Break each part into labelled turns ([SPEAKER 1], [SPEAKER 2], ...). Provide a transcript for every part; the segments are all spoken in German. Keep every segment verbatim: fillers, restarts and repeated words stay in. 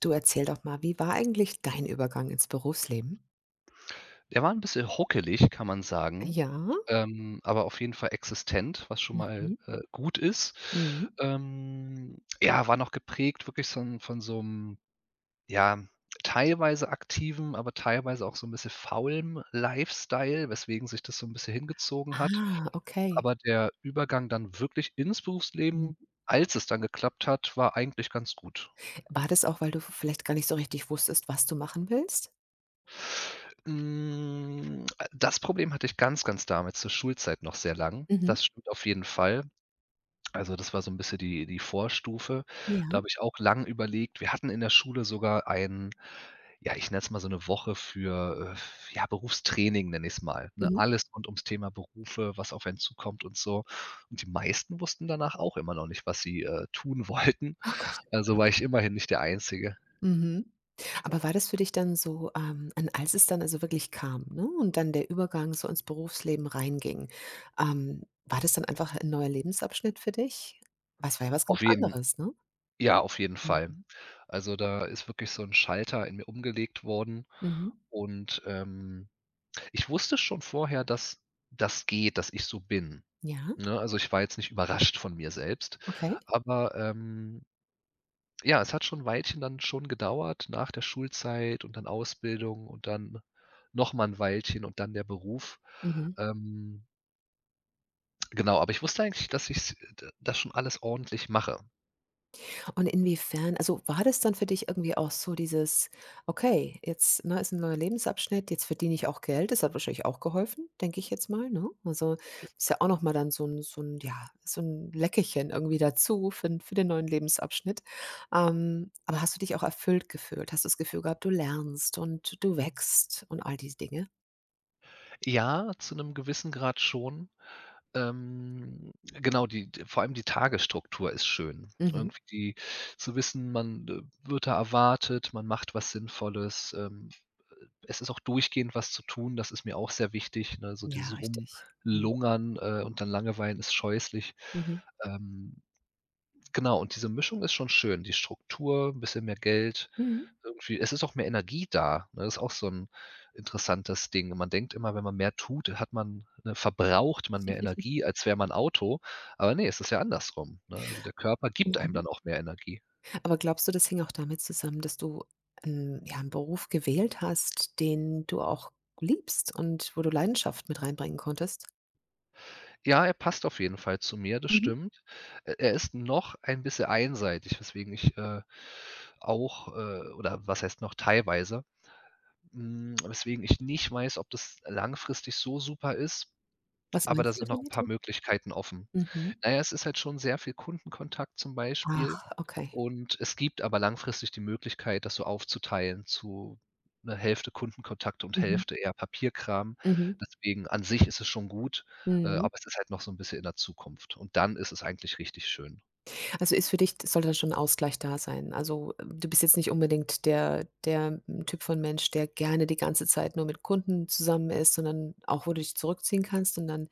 [SPEAKER 1] Du, erzähl doch mal, wie war eigentlich dein Übergang ins Berufsleben?
[SPEAKER 2] Der war 'n bisschen ruckelig, kann man sagen,
[SPEAKER 1] Ja.
[SPEAKER 2] ähm, aber auf jeden Fall existent, was schon mal,
[SPEAKER 1] Mhm.
[SPEAKER 2] äh, gut ist.
[SPEAKER 1] Mhm.
[SPEAKER 2] Ähm, ja, war noch geprägt wirklich so 'n von so 'm, ja, teilweise aktiven, aber teilweise auch so 'n bisschen faulem Lifestyle, weswegen sich das so 'n bisschen hingezogen hat.
[SPEAKER 1] Ah, okay.
[SPEAKER 2] Aber der Übergang dann wirklich ins Berufsleben,
[SPEAKER 1] Mhm.
[SPEAKER 2] als es dann geklappt hat, war eigentlich ganz gut.
[SPEAKER 1] War das auch, weil du vielleicht gar nicht so richtig wusstest, was du machen willst?
[SPEAKER 2] Hm, äh, das Problem hatte ich ganz, ganz damals zur Schulzeit noch sehr lang.
[SPEAKER 1] Mhm.
[SPEAKER 2] Das stimmt auf jeden Fall. Also, das war so 'n bisschen die die Vorstufe. Da
[SPEAKER 1] Ja.
[SPEAKER 2] habe ich auch lang überlegt. Wir hatten in der Schule sogar ein, ja, ich nenne es mal so 'ne Woche für, äh, ja, Berufstraining, nenne ich's mal, ne?
[SPEAKER 1] Mhm.
[SPEAKER 2] Alles rund ums Thema Berufe, was auf einen zukommt und so. Und die meisten wussten danach auch immer noch nicht, was sie, äh, tun wollten.
[SPEAKER 1] Oh Gott.
[SPEAKER 2] Also, war ich immerhin nicht der Einzige.
[SPEAKER 1] Mhm. Aber war das für dich dann so, ähm und als es dann also wirklich kam, ne, und dann der Übergang so ins Berufsleben reinging, ähm, war das dann einfach ein neuer Lebensabschnitt für dich? Was war ja was ganz
[SPEAKER 2] Auf jeden
[SPEAKER 1] anderes, ne?
[SPEAKER 2] Ja, auf jeden Fall.
[SPEAKER 1] Mhm.
[SPEAKER 2] Also, da ist wirklich so 'n Schalter in mir umgelegt worden
[SPEAKER 1] Mhm.
[SPEAKER 2] und, ähm, ich wusste schon vorher, dass das geht, dass ich so bin,
[SPEAKER 1] Ja,
[SPEAKER 2] ne? Also, ich war jetzt nicht überrascht von mir selbst,
[SPEAKER 1] okay.
[SPEAKER 2] aber, ähm, ja, es hat schon 'n Weilchen dann schon gedauert nach der Schulzeit und dann Ausbildung und dann noch mal 'n Weilchen und dann der Beruf.
[SPEAKER 1] Mhm.
[SPEAKER 2] Ähm, genau, aber ich wusste eigentlich, dass ich's d das schon alles ordentlich mache.
[SPEAKER 1] Und inwiefern also, war das dann für dich irgendwie auch so dieses: „Okay, jetzt, ne, ist ein neuer Lebensabschnitt, jetzt verdiene ich auch Geld.“ Das hat wahrscheinlich auch geholfen, denke ich jetzt mal, ne? Also, ist ja auch noch mal dann so ein so ein ja, so ein Leckerchen irgendwie dazu für 'n für den neuen Lebensabschnitt. Ähm, aber hast du dich auch erfüllt gefühlt? Hast du das Gefühl gehabt, du lernst und du wächst und all diese Dinge?
[SPEAKER 2] Ja, zu 'nem gewissen Grad schon. Ähm, genau, die d vor allem die Tagesstruktur ist schön.
[SPEAKER 1] Mhm.
[SPEAKER 2] Irgendwie die zu wissen, man, äh, wird da erwartet, man macht was Sinnvolles. Ähm, es ist auch durchgehend was zu tun, das ist mir auch sehr wichtig, ne? So
[SPEAKER 1] Ja,
[SPEAKER 2] dieses
[SPEAKER 1] richtig. Mhm.
[SPEAKER 2] Rumlungern, äh, und dann Langeweilen ist scheußlich.
[SPEAKER 1] Mhm.
[SPEAKER 2] Ähm, Genau, und diese Mischung ist schon schön. Die Struktur, 'n bisschen mehr Geld,
[SPEAKER 1] Mhm.
[SPEAKER 2] irgendwie es ist auch mehr Energie da, ne? Ist auch so 'n interessantes Ding. Man denkt immer, wenn man mehr tut, hat man ne, verbraucht man mehr Energie, als wäre man Auto. Aber ne, es ist ja andersrum, ne? Also, der Körper gibt einem dann auch mehr Energie.
[SPEAKER 1] Aber glaubst du, das hing auch damit zusammen, dass du 'n ja, einen Beruf gewählt hast, den du auch liebst und wo du Leidenschaft mit reinbringen konntest?
[SPEAKER 2] Ja, er passt auf jeden Fall zu mir, das
[SPEAKER 1] Mhm.
[SPEAKER 2] stimmt. Er er ist noch ein bisschen einseitig, weswegen ich, äh, auch, äh oder was heißt noch teilweise, hm, weswegen ich nicht weiß, ob das langfristig so super ist.
[SPEAKER 1] Was
[SPEAKER 2] Aber da
[SPEAKER 1] meinst du
[SPEAKER 2] sind noch 'n
[SPEAKER 1] damit?
[SPEAKER 2] paar Möglichkeiten offen.
[SPEAKER 1] Mhm.
[SPEAKER 2] Na ja, es ist halt schon sehr viel Kundenkontakt zum Beispiel
[SPEAKER 1] Ach, okay.
[SPEAKER 2] und es gibt aber langfristig die Möglichkeit, das so aufzuteilen zu 'ne Hälfte Kundenkontakt und
[SPEAKER 1] Mhm.
[SPEAKER 2] Hälfte eher Papierkram.
[SPEAKER 1] Mhm.
[SPEAKER 2] Deswegen an sich ist es schon gut, äh,
[SPEAKER 1] Mhm.
[SPEAKER 2] aber es ist halt noch so 'n bisschen in der Zukunft und dann ist es eigentlich richtig schön.
[SPEAKER 1] Also, ist für dich sollte da schon 'n Ausgleich da sein. Also, äh, du bist jetzt nicht unbedingt der der mm, Typ von Mensch, der gerne die ganze Zeit nur mit Kunden zusammen ist, sondern auch, wo du dich zurückziehen kannst und dann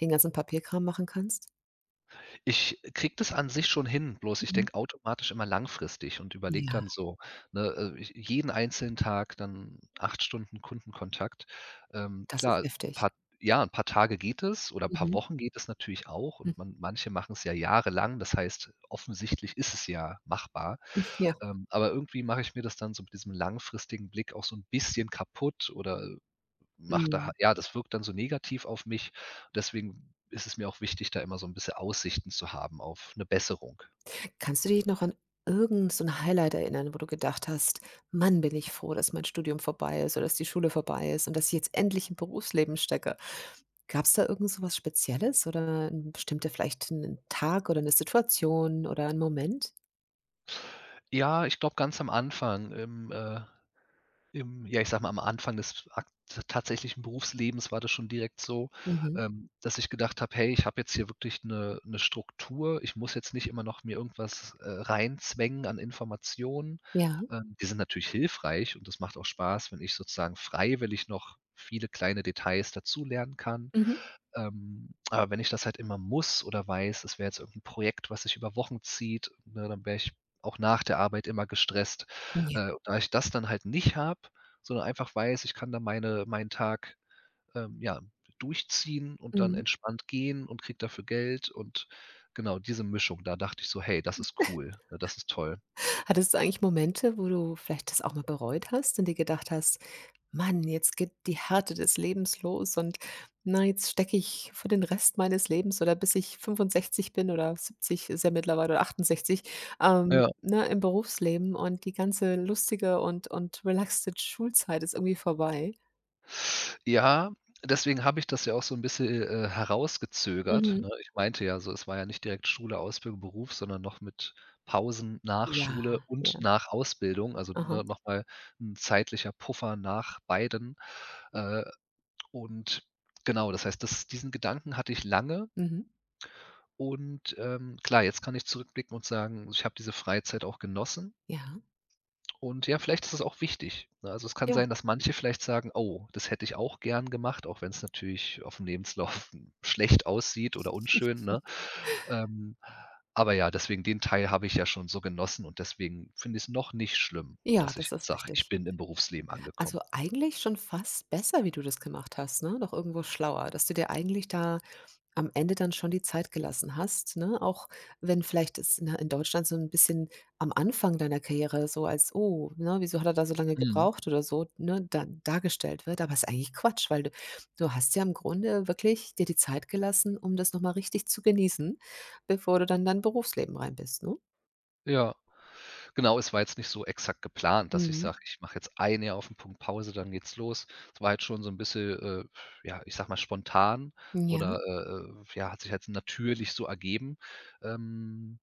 [SPEAKER 1] den ganzen Papierkram machen kannst?
[SPEAKER 2] Ich kriege das an sich schon hin, bloß ich
[SPEAKER 1] Mhm.
[SPEAKER 2] denke automatisch immer langfristig und überlege
[SPEAKER 1] Ja,
[SPEAKER 2] dann so, ne, äh, ich jeden einzelnen Tag dann acht Stunden Kundenkontakt. Ähm,
[SPEAKER 1] das ist
[SPEAKER 2] klar,
[SPEAKER 1] heftig.
[SPEAKER 2] paar ja, ein paar Tage geht es oder ein paar
[SPEAKER 1] Mhm.
[SPEAKER 2] Wochen geht es natürlich auch
[SPEAKER 1] Mhm.
[SPEAKER 2] und man manche machen es ja jahrelang. Das heißt, offensichtlich ist es ja machbar.
[SPEAKER 1] Ja.
[SPEAKER 2] Ähm, aber irgendwie mache ich mir das dann so mit diesem langfristigen Blick auch so ein bisschen kaputt oder Macht da
[SPEAKER 1] Mhm.
[SPEAKER 2] ja, das wirkt dann so negativ auf mich. Deswegen ist es mir auch wichtig, da immer so ein bisschen Aussichten zu haben auf eine Besserung.
[SPEAKER 1] Kannst du dich noch an irgend so 'n Highlight erinnern, wo du gedacht hast: „Mann, bin ich froh, dass mein Studium vorbei ist oder dass die Schule vorbei ist und dass ich jetzt endlich im Berufsleben stecke?“ Gab's da irgend so was Spezielles oder 'n bestimmter vielleicht 'n Tag oder 'ne Situation oder 'n Moment?
[SPEAKER 2] Ja, ich glaube, ganz am Anfang, im, äh im ja, ich sage mal, am Anfang des ak tatsächlichen Berufslebens war das schon direkt so,
[SPEAKER 1] Mhm.
[SPEAKER 2] ähm, dass ich gedacht habe: „Hey, ich habe jetzt hier wirklich eine 'ne Struktur. Ich muss jetzt nicht immer noch mir irgendwas, äh, reinzwängen an Informationen.“
[SPEAKER 1] Ja.
[SPEAKER 2] Ähm, die sind natürlich hilfreich und das macht auch Spaß, wenn ich sozusagen freiwillig noch viele kleine Details dazulernen kann.
[SPEAKER 1] Mhm.
[SPEAKER 2] Ähm, aber wenn ich das halt immer muss oder weiß, es wäre jetzt irgendein Projekt, was sich über Wochen zieht, ne, dann wäre ich auch nach der Arbeit immer gestresst.
[SPEAKER 1] Ja.
[SPEAKER 2] Äh, da ich das dann halt nicht habe, sondern einfach weiß, ich kann da meine meinen Tag, ähm, ja, durchziehen und dann
[SPEAKER 1] Mhm.
[SPEAKER 2] entspannt gehen und kriege dafür Geld und genau diese Mischung, da dachte ich so: „Hey, das ist cool. Ja, das ist toll.“
[SPEAKER 1] Hattest du eigentlich Momente, wo du vielleicht das auch mal bereut hast und dir gedacht hast: Mann, jetzt geht die Härte des Lebens los und na, jetzt stecke ich für den Rest meines Lebens oder bis ich fünfundsechzig bin oder siebzig ist ja mittlerweile oder achtundsechzig, ähm,
[SPEAKER 2] Ja.
[SPEAKER 1] ne, im Berufsleben und die ganze lustige und und relaxte Schulzeit ist irgendwie vorbei.
[SPEAKER 2] Ja, deswegen habe ich das ja auch so 'n bisschen, äh, herausgezögert,
[SPEAKER 1] Mhm.
[SPEAKER 2] ne? Ich meinte ja so, es war ja nicht direkt Schule, Ausbildung, Beruf, sondern noch mit Pausen nach
[SPEAKER 1] Ja,
[SPEAKER 2] Schule und
[SPEAKER 1] ja.
[SPEAKER 2] nach Ausbildung, also,
[SPEAKER 1] Aha.
[SPEAKER 2] ne, noch mal 'n zeitlicher Puffer nach beiden. Äh, und genau, das heißt, das diesen Gedanken hatte ich lange
[SPEAKER 1] Mhm.
[SPEAKER 2] und, ähm, klar, jetzt kann ich zurückblicken und sagen, ich habe diese Freizeit auch genossen.
[SPEAKER 1] Ja,
[SPEAKER 2] Und ja, vielleicht ist es auch wichtig, ne? Also, es kann
[SPEAKER 1] ja.
[SPEAKER 2] sein, dass manche vielleicht sagen: „Oh, das hätte ich auch gern gemacht“, auch wenn es natürlich auf dem Lebenslauf schlecht aussieht oder unschön, ne? Ähm, aber ja, deswegen den Teil habe ich ja schon so genossen und deswegen finde ich es noch nicht schlimm,
[SPEAKER 1] Ja,
[SPEAKER 2] dass ich
[SPEAKER 1] das
[SPEAKER 2] jetzt
[SPEAKER 1] ist
[SPEAKER 2] sage, ich
[SPEAKER 1] richtig.
[SPEAKER 2] bin im Berufsleben
[SPEAKER 1] Also,
[SPEAKER 2] angekommen.
[SPEAKER 1] eigentlich schon fast besser, wie du das gemacht hast, ne? Doch irgendwo schlauer, dass du dir eigentlich da am Ende dann schon die Zeit gelassen hast, ne? Auch wenn vielleicht es in in Deutschland so ein bisschen am Anfang deiner Karriere so als: „Oh, ne, wieso hat er da so lange
[SPEAKER 2] Mhm.
[SPEAKER 1] gebraucht?“ oder so, ne, da dargestellt wird, aber es ist eigentlich Quatsch, weil du du hast ja im Grunde wirklich dir die Zeit gelassen, um das noch mal richtig zu genießen, bevor du dann in dein Berufsleben rein bist, ne?
[SPEAKER 2] Ja. Genau, es war jetzt nicht so exakt geplant, dass ich
[SPEAKER 1] Mhm.
[SPEAKER 2] sage: „Ich mache jetzt ein Jahr auf den Punkt Pause, dann geht's los.“ Es war halt schon so 'n bisschen, äh, ja, ich sage mal, spontan
[SPEAKER 1] Ja.
[SPEAKER 2] oder, äh, äh, ja, hat sich halt natürlich so ergeben. Ähm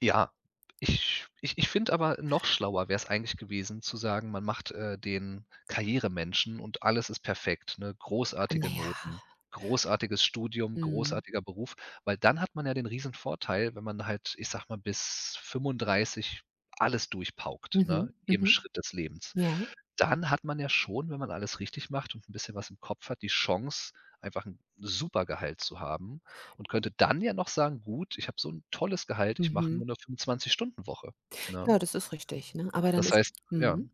[SPEAKER 2] ja, ich ich ich finde aber, noch schlauer wäre es eigentlich gewesen zu sagen, man macht, äh, den Karrieremenschen und alles ist perfekt, ne? Großartige
[SPEAKER 1] Naja, ja.
[SPEAKER 2] Noten, großartiges Studium,
[SPEAKER 1] Mhm.
[SPEAKER 2] großartiger Beruf, weil dann hat man ja den riesen Vorteil, wenn man halt, ich sag mal, bis fünfunddreißig alles durchpaukt,
[SPEAKER 1] Mhm.
[SPEAKER 2] ne, im
[SPEAKER 1] Mhm.
[SPEAKER 2] Schritt des Lebens.
[SPEAKER 1] Ja.
[SPEAKER 2] Dann hat man ja schon, wenn man alles richtig macht und ein bisschen was im Kopf hat, die Chance, einfach ein super Gehalt zu haben und könnte dann ja noch sagen: „Gut, ich habe so 'n tolles Gehalt, ich mache
[SPEAKER 1] Mhm.
[SPEAKER 2] nur 'ne fünfundzwanzig- Stunden-Woche“, ne?
[SPEAKER 1] Ja, das ist richtig, ne? Aber dann
[SPEAKER 2] Das
[SPEAKER 1] ist
[SPEAKER 2] heißt ja,
[SPEAKER 1] mhm.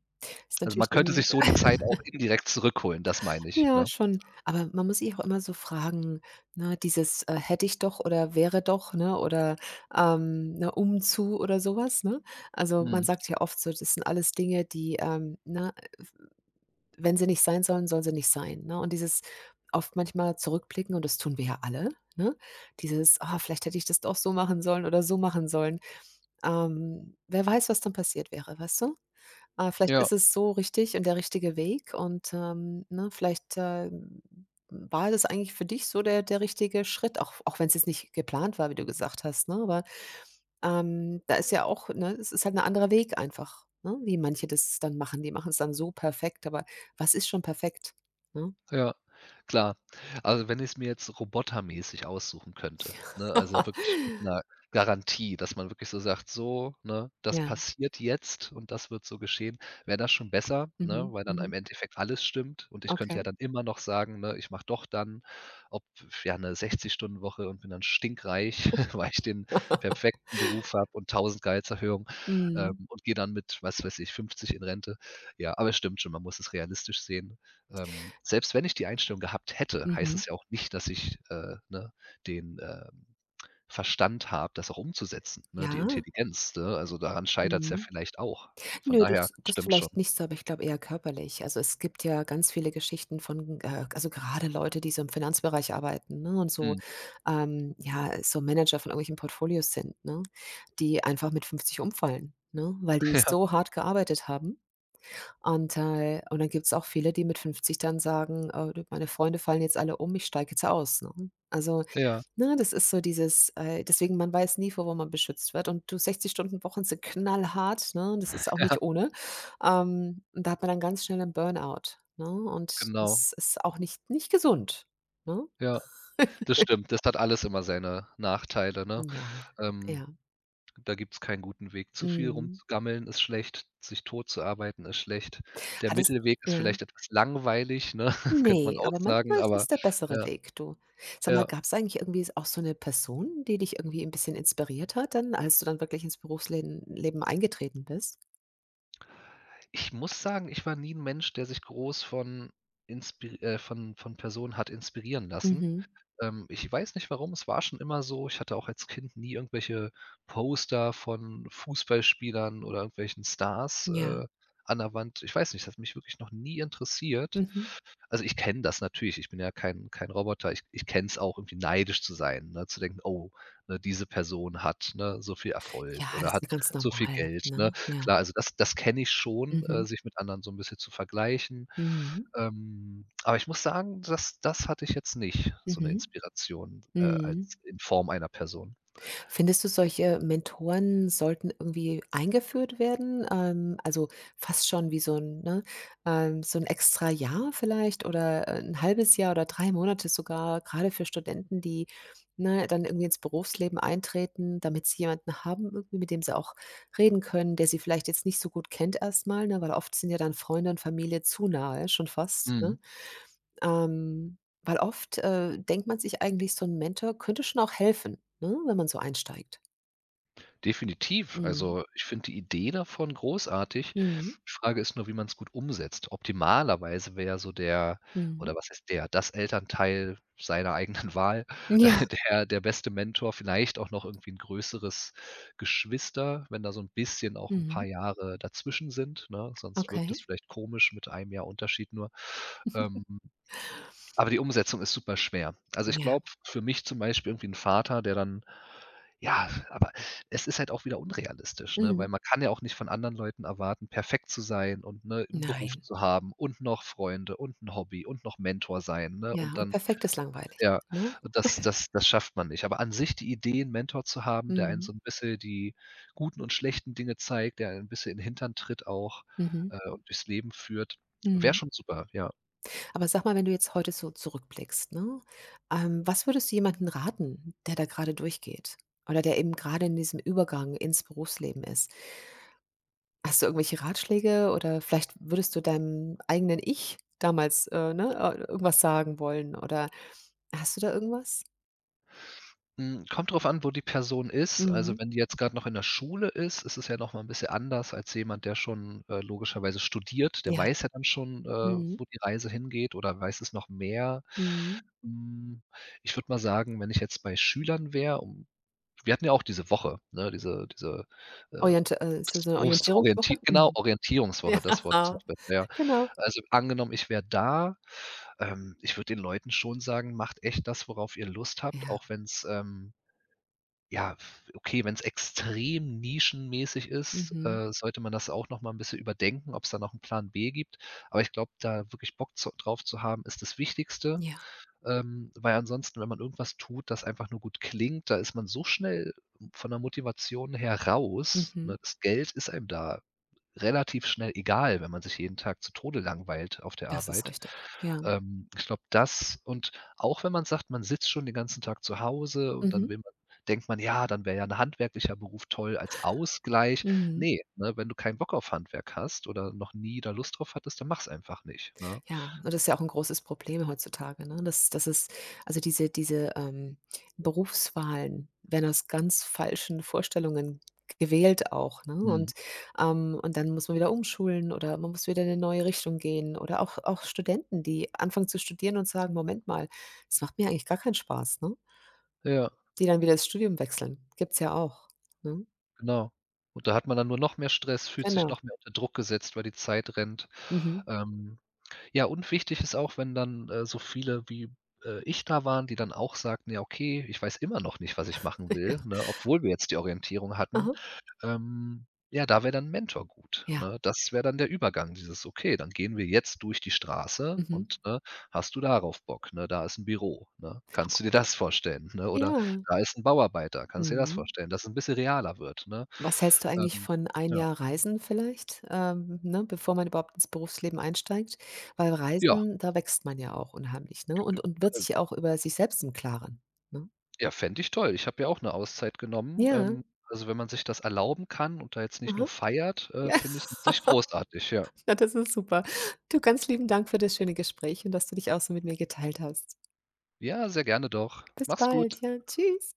[SPEAKER 1] Ist
[SPEAKER 2] also, man
[SPEAKER 1] natürlich
[SPEAKER 2] könnte
[SPEAKER 1] dann
[SPEAKER 2] sich so die Zeit auch indirekt zurückholen, das meine ich,
[SPEAKER 1] ja,
[SPEAKER 2] ne?
[SPEAKER 1] schon. Aber man muss sich auch immer so fragen, ne, dieses, äh, „hätte ich doch“ oder „wäre doch“, ne, oder, ähm, ne, „um zu“ oder sowas, ne? Also, man
[SPEAKER 2] Mhm.
[SPEAKER 1] sagt ja oft so, das sind alles Dinge, die, ähm, ne, wenn sie nicht sein sollen, sollen sie nicht sein, ne? Und dieses oft manchmal zurückblicken und das tun wir ja alle, ne? Dieses: „Ah, vielleicht hätte ich das doch so machen sollen oder so machen sollen.“ Ähm, wer weiß, was dann passiert wäre, weißt du? Ah, vielleicht
[SPEAKER 2] Ja.
[SPEAKER 1] ist es so richtig und der richtige Weg und, ähm, ne, vielleicht, ähm, war das eigentlich für dich so der der richtige Schritt, auch auch wenn es jetzt nicht geplant war, wie du gesagt hast, ne? Aber, ähm, da ist ja auch ne, es ist halt ein anderer Weg einfach, ne, wie manche das dann machen. Die machen es dann so perfekt, aber was ist schon perfekt, ne?
[SPEAKER 2] Ja, klar. Also, wenn ich es mir jetzt robotermäßig aussuchen könnte, ne, also wirklich mit einer Garantie, dass man wirklich so sagt: „So, ne, das
[SPEAKER 1] Ja,
[SPEAKER 2] passiert jetzt und das wird so geschehen“, wäre das schon besser, ne,
[SPEAKER 1] mhm,
[SPEAKER 2] weil dann im
[SPEAKER 1] mhm,
[SPEAKER 2] Endeffekt alles stimmt und ich könnte ja
[SPEAKER 1] okay.
[SPEAKER 2] dann immer noch sagen, ne, ich mache doch dann, ob ja eine sechzig-Stunden-Woche und bin dann stinkreich, weil ich den perfekten Beruf habe und tausend Gehaltserhöhung ähm,
[SPEAKER 1] Mhm,
[SPEAKER 2] und gehe dann mit, was weiß ich, fünfzig in Rente. Ja, aber es stimmt schon, man muss es realistisch sehen, ähm, selbst wenn ich die Einstellung gehabt hätte, heißt
[SPEAKER 1] mhm.
[SPEAKER 2] es ja auch nicht, dass ich, äh, ne, den, ähm, Verstand habe, das auch umzusetzen, ne, die
[SPEAKER 1] Ja,
[SPEAKER 2] Intelligenz, ne? Also, daran scheitert es ja
[SPEAKER 1] mhm.
[SPEAKER 2] vielleicht auch. Von
[SPEAKER 1] Nö,
[SPEAKER 2] daher
[SPEAKER 1] das das
[SPEAKER 2] stimmt schon.
[SPEAKER 1] vielleicht nicht so, aber ich glaube eher körperlich. Also, es gibt ja ganz viele Geschichten von, äh also, gerade Leute, die so im Finanzbereich arbeiten, ne, und so,
[SPEAKER 2] Mhm.
[SPEAKER 1] ähm, ja, so Manager von irgendwelchen Portfolios sind, ne, die einfach mit fünfzig umfallen, ne, weil die so hart gearbeitet haben. Und, äh und dann gibt's auch viele, die mit fünfzig dann sagen: „Äh, du, meine Freunde fallen jetzt alle um, ich steige jetzt aus“, ne? Also,
[SPEAKER 2] Ja, ja,
[SPEAKER 1] ne, das ist so dieses, äh, deswegen man weiß nie, vor wo man beschützt wird. Und du, sechzig Stunden Wochen sind knallhart, ne? Das ist auch
[SPEAKER 2] ja,
[SPEAKER 1] nicht ohne. Ähm, und da hat man dann ganz schnell einen Burnout, ne? Und
[SPEAKER 2] genau.
[SPEAKER 1] das ist auch nicht nicht gesund, ne?
[SPEAKER 2] Ja, das stimmt. Das hat alles immer seine Nachteile, ne?
[SPEAKER 1] Ja, ja.
[SPEAKER 2] Ähm, Da gibt's keinen guten Weg. Zu viel
[SPEAKER 1] Mhm.
[SPEAKER 2] rumzugammeln ist schlecht, sich tot zu arbeiten ist schlecht. Der
[SPEAKER 1] Hattest
[SPEAKER 2] Mittelweg ist
[SPEAKER 1] ja.
[SPEAKER 2] vielleicht etwas langweilig, ne, könnte man
[SPEAKER 1] Ne,
[SPEAKER 2] auch
[SPEAKER 1] aber
[SPEAKER 2] sagen,
[SPEAKER 1] manchmal ist es
[SPEAKER 2] aber
[SPEAKER 1] der bessere
[SPEAKER 2] ja,
[SPEAKER 1] Weg, du. Sag mal,
[SPEAKER 2] ja.
[SPEAKER 1] gab es eigentlich irgendwie auch so eine Person, die dich irgendwie ein bisschen inspiriert hat dann, als du dann wirklich ins Berufsleben Leben eingetreten bist?
[SPEAKER 2] Ich muss sagen, ich war nie 'n Mensch, der sich groß von inspiri äh, von von Personen hat inspirieren lassen.
[SPEAKER 1] Mhm.
[SPEAKER 2] Ähm, ich weiß nicht warum, es war schon immer so. Ich hatte auch als Kind nie irgendwelche Poster von Fußballspielern oder irgendwelchen Stars,
[SPEAKER 1] Ja.
[SPEAKER 2] äh, an der Wand. Ich weiß nicht, das hat mich wirklich noch nie interessiert.
[SPEAKER 1] Mhm.
[SPEAKER 2] Also, ich kenne das natürlich, ich bin ja kein kein Roboter. Ich ich kenne es auch, irgendwie neidisch zu sein, ne, zu denken: „Oh, ne, diese Person hat, ne, so viel Erfolg
[SPEAKER 1] Ja, das
[SPEAKER 2] oder
[SPEAKER 1] ist
[SPEAKER 2] hat
[SPEAKER 1] ja ganz
[SPEAKER 2] so viel
[SPEAKER 1] normal,
[SPEAKER 2] Geld“, ne?
[SPEAKER 1] ne? Ja.
[SPEAKER 2] Klar, also das das kenne ich schon,
[SPEAKER 1] Mhm.
[SPEAKER 2] äh, sich mit anderen so 'n bisschen zu vergleichen.
[SPEAKER 1] Mhm.
[SPEAKER 2] Ähm, aber ich muss sagen, das das hatte ich jetzt nicht, so 'ne
[SPEAKER 1] Mhm.
[SPEAKER 2] Inspiration, äh,
[SPEAKER 1] Mhm.
[SPEAKER 2] als in Form einer Person.
[SPEAKER 1] Findest du, solche Mentoren sollten irgendwie eingeführt werden? Ähm, also, fast schon wie so ein ne, ähm, so ein extra Jahr vielleicht oder, äh, 'n halbes Jahr oder drei Monate sogar, gerade für Studenten, die, ne, dann irgendwie ins Berufsleben eintreten, damit sie jemanden haben irgendwie, mit dem sie auch reden können, der sie vielleicht jetzt nicht so gut kennt erstmal, ne? Weil oft sind ja dann Freunde und Familie zu nahe schon fast, ne?
[SPEAKER 2] Mhm.
[SPEAKER 1] Ähm, weil oft, äh, denkt man sich eigentlich, so ein Mentor könnte schon auch helfen, ne, wenn man so einsteigt.
[SPEAKER 2] Definitiv.
[SPEAKER 1] Mhm.
[SPEAKER 2] Also, ich finde die Idee davon großartig.
[SPEAKER 1] Mhm.
[SPEAKER 2] Die Frage ist nur, wie man es gut umsetzt. Optimalerweise wäre ja so der
[SPEAKER 1] Mhm.
[SPEAKER 2] oder was heißt der, das Elternteil seiner eigenen Wahl,
[SPEAKER 1] Ja.
[SPEAKER 2] äh, der der beste Mentor, vielleicht auch noch irgendwie ein größeres Geschwister, wenn da so ein bisschen auch ein paar
[SPEAKER 1] Mhm.
[SPEAKER 2] Jahre dazwischen sind, ne? Sonst wirkt
[SPEAKER 1] Okay.
[SPEAKER 2] es vielleicht komisch mit einem Jahr Unterschied nur. Ähm, aber die Umsetzung ist super schwer. Also, ich
[SPEAKER 1] Ja.
[SPEAKER 2] glaube, für mich zum Beispiel irgendwie ein Vater, der dann ja, aber es ist halt auch wieder unrealistisch, ne?
[SPEAKER 1] Mhm.
[SPEAKER 2] Weil man kann ja auch nicht von anderen Leuten erwarten, perfekt zu sein und, ne, 'n Beruf
[SPEAKER 1] Nein.
[SPEAKER 2] zu haben und noch Freunde und 'n Hobby und noch Mentor sein, ne?
[SPEAKER 1] Ja,
[SPEAKER 2] Und
[SPEAKER 1] und
[SPEAKER 2] dann
[SPEAKER 1] perfekt ist langweilig,
[SPEAKER 2] ja,
[SPEAKER 1] ne?
[SPEAKER 2] und das das das schafft man nicht. Aber an sich die Idee, 'n Mentor zu haben, der einen
[SPEAKER 1] Mhm.
[SPEAKER 2] so 'n bisschen die guten und schlechten Dinge zeigt, der einen 'n bisschen in 'n Hintern tritt auch,
[SPEAKER 1] Mhm.
[SPEAKER 2] äh, und durchs Leben führt, wäre
[SPEAKER 1] Mhm.
[SPEAKER 2] schon super, ja.
[SPEAKER 1] Aber sag mal, wenn du jetzt heute so zurückblickst, ne, ähm, was würdest du jemanden raten, der da gerade durchgeht oder der eben gerade in diesem Übergang ins Berufsleben ist? Hast du irgendwelche Ratschläge oder vielleicht würdest du deinem eigenen Ich damals, äh, ne, äh, irgendwas sagen wollen oder hast du da irgendwas?
[SPEAKER 2] Hm, kommt drauf an, wo die Person ist. Also,
[SPEAKER 1] Mhm.
[SPEAKER 2] wenn die jetzt grad noch in der Schule ist, ist es ja noch mal 'n bisschen anders als jemand, der schon, äh, logischerweise studiert. Der
[SPEAKER 1] Ja.
[SPEAKER 2] weiß ja dann schon, äh,
[SPEAKER 1] Mhm.
[SPEAKER 2] wo die Reise hingeht oder weiß es noch mehr.
[SPEAKER 1] Mhm.
[SPEAKER 2] Hm, ich würde mal sagen, wenn ich jetzt bei Schülern wäre um Wir hatten ja auch diese Woche, ne, diese diese, äh,
[SPEAKER 1] Orient äh, ist das
[SPEAKER 2] Berufs
[SPEAKER 1] so 'ne Orientierungswoche?
[SPEAKER 2] Berufsorientier genau,
[SPEAKER 1] Mhm.
[SPEAKER 2] Orientierungswoche, das Wort ist noch
[SPEAKER 1] Ja,
[SPEAKER 2] besser, ja.
[SPEAKER 1] genau.
[SPEAKER 2] Also, angenommen, ich wäre da, ähm, ich würde den Leuten schon sagen: „Macht echt das, worauf ihr Lust habt, auch
[SPEAKER 1] Ja.
[SPEAKER 2] wenn's, ähm, ja, f okay, wenn es extrem nischenmäßig ist,
[SPEAKER 1] Mhm.
[SPEAKER 2] äh, sollte man das auch noch mal ein bisschen überdenken, ob es da noch einen Plan B gibt. Aber ich glaube, da wirklich Bock zu drauf zu haben, ist das Wichtigste,
[SPEAKER 1] Ja.
[SPEAKER 2] ähm, weil ansonsten, wenn man irgendwas tut, das einfach nur gut klingt, da ist man so schnell von der Motivation her raus,
[SPEAKER 1] Mhm.
[SPEAKER 2] ne? Das Geld ist einem da relativ schnell egal, wenn man sich jeden Tag zu Tode langweilt auf der
[SPEAKER 1] Das ist
[SPEAKER 2] Arbeit.
[SPEAKER 1] richtig. Ja.
[SPEAKER 2] Ähm, ich glaube, das und auch wenn man sagt, man sitzt schon den ganzen Tag zu Hause und dann
[SPEAKER 1] Mhm.
[SPEAKER 2] will man denkt man: „Ja, dann wäre ja 'n handwerklicher Beruf toll als Ausgleich.“
[SPEAKER 1] Mhm.
[SPEAKER 2] Ne, ne, wenn du keinen Bock auf Handwerk hast oder noch nie da Lust drauf hattest, dann mach's einfach nicht, ne?
[SPEAKER 1] Ja, und das ist ja auch ein großes Problem heutzutage, ne? Das das ist also diese diese, ähm, Berufswahlen werden aus ganz falschen Vorstellungen gewählt auch, ne?
[SPEAKER 2] Mhm.
[SPEAKER 1] Und, ähm und dann muss man wieder umschulen oder man muss wieder in eine neue Richtung gehen oder auch auch Studenten, die anfangen zu studieren und sagen: „Moment mal, das macht mir eigentlich gar keinen Spaß“, ne?
[SPEAKER 2] Ja,
[SPEAKER 1] Die dann wieder das Studium wechseln. Gibt's ja auch, ne?
[SPEAKER 2] genau. Und da hat man dann nur noch mehr Stress, fühlt sich
[SPEAKER 1] Genau.
[SPEAKER 2] noch mehr unter Druck gesetzt, weil die Zeit rennt.
[SPEAKER 1] Mhm.
[SPEAKER 2] Ähm Ja, und wichtig ist auch, wenn dann, äh, so viele wie, äh, ich da waren, die dann auch sagten: „Ja, okay, ich weiß immer noch nicht, was ich machen
[SPEAKER 1] Ja.
[SPEAKER 2] will“, ne, obwohl wir jetzt die Orientierung hatten.
[SPEAKER 1] Aha.
[SPEAKER 2] Ähm, ja, da wäre dann Mentor gut,
[SPEAKER 1] Ja.
[SPEAKER 2] ne? Das wäre dann der Übergang, dieses: „Okay, dann gehen wir jetzt durch die Straße
[SPEAKER 1] Mhm.
[SPEAKER 2] und, ne, hast du darauf Bock, ne? Da ist ein Büro, ne? Kannst du dir das vorstellen, ne? Oder
[SPEAKER 1] Ja.
[SPEAKER 2] da ist ein Bauarbeiter, kannst du dir das
[SPEAKER 1] Mhm.
[SPEAKER 2] vorstellen?“ Dass es ein bisschen realer wird, ne?
[SPEAKER 1] Was hältst du eigentlich
[SPEAKER 2] Ähm,
[SPEAKER 1] von ein
[SPEAKER 2] ja.
[SPEAKER 1] Jahr Reisen vielleicht, ähm, ne, bevor man überhaupt ins Berufsleben einsteigt? Weil
[SPEAKER 2] Ja,
[SPEAKER 1] Reisen, da wächst man ja auch unheimlich, ne, und und wird
[SPEAKER 2] also
[SPEAKER 1] sich auch über sich selbst im Klaren, ne?
[SPEAKER 2] Ja, fände ich toll. Ich habe ja auch 'ne Auszeit genommen.
[SPEAKER 1] Ja,
[SPEAKER 2] Ähm, also, wenn man sich das erlauben kann und da jetzt nicht nur
[SPEAKER 1] aha.
[SPEAKER 2] feiert, äh,
[SPEAKER 1] Ja,
[SPEAKER 2] finde ich's an sich großartig, ja.
[SPEAKER 1] na, das ist super. Du, ganz lieben Dank für das schöne Gespräch und dass du dich auch so mit mir geteilt hast.
[SPEAKER 2] Ja, sehr gerne doch.
[SPEAKER 1] Bis
[SPEAKER 2] Mach's
[SPEAKER 1] bald,
[SPEAKER 2] gut.
[SPEAKER 1] ja, tschüss.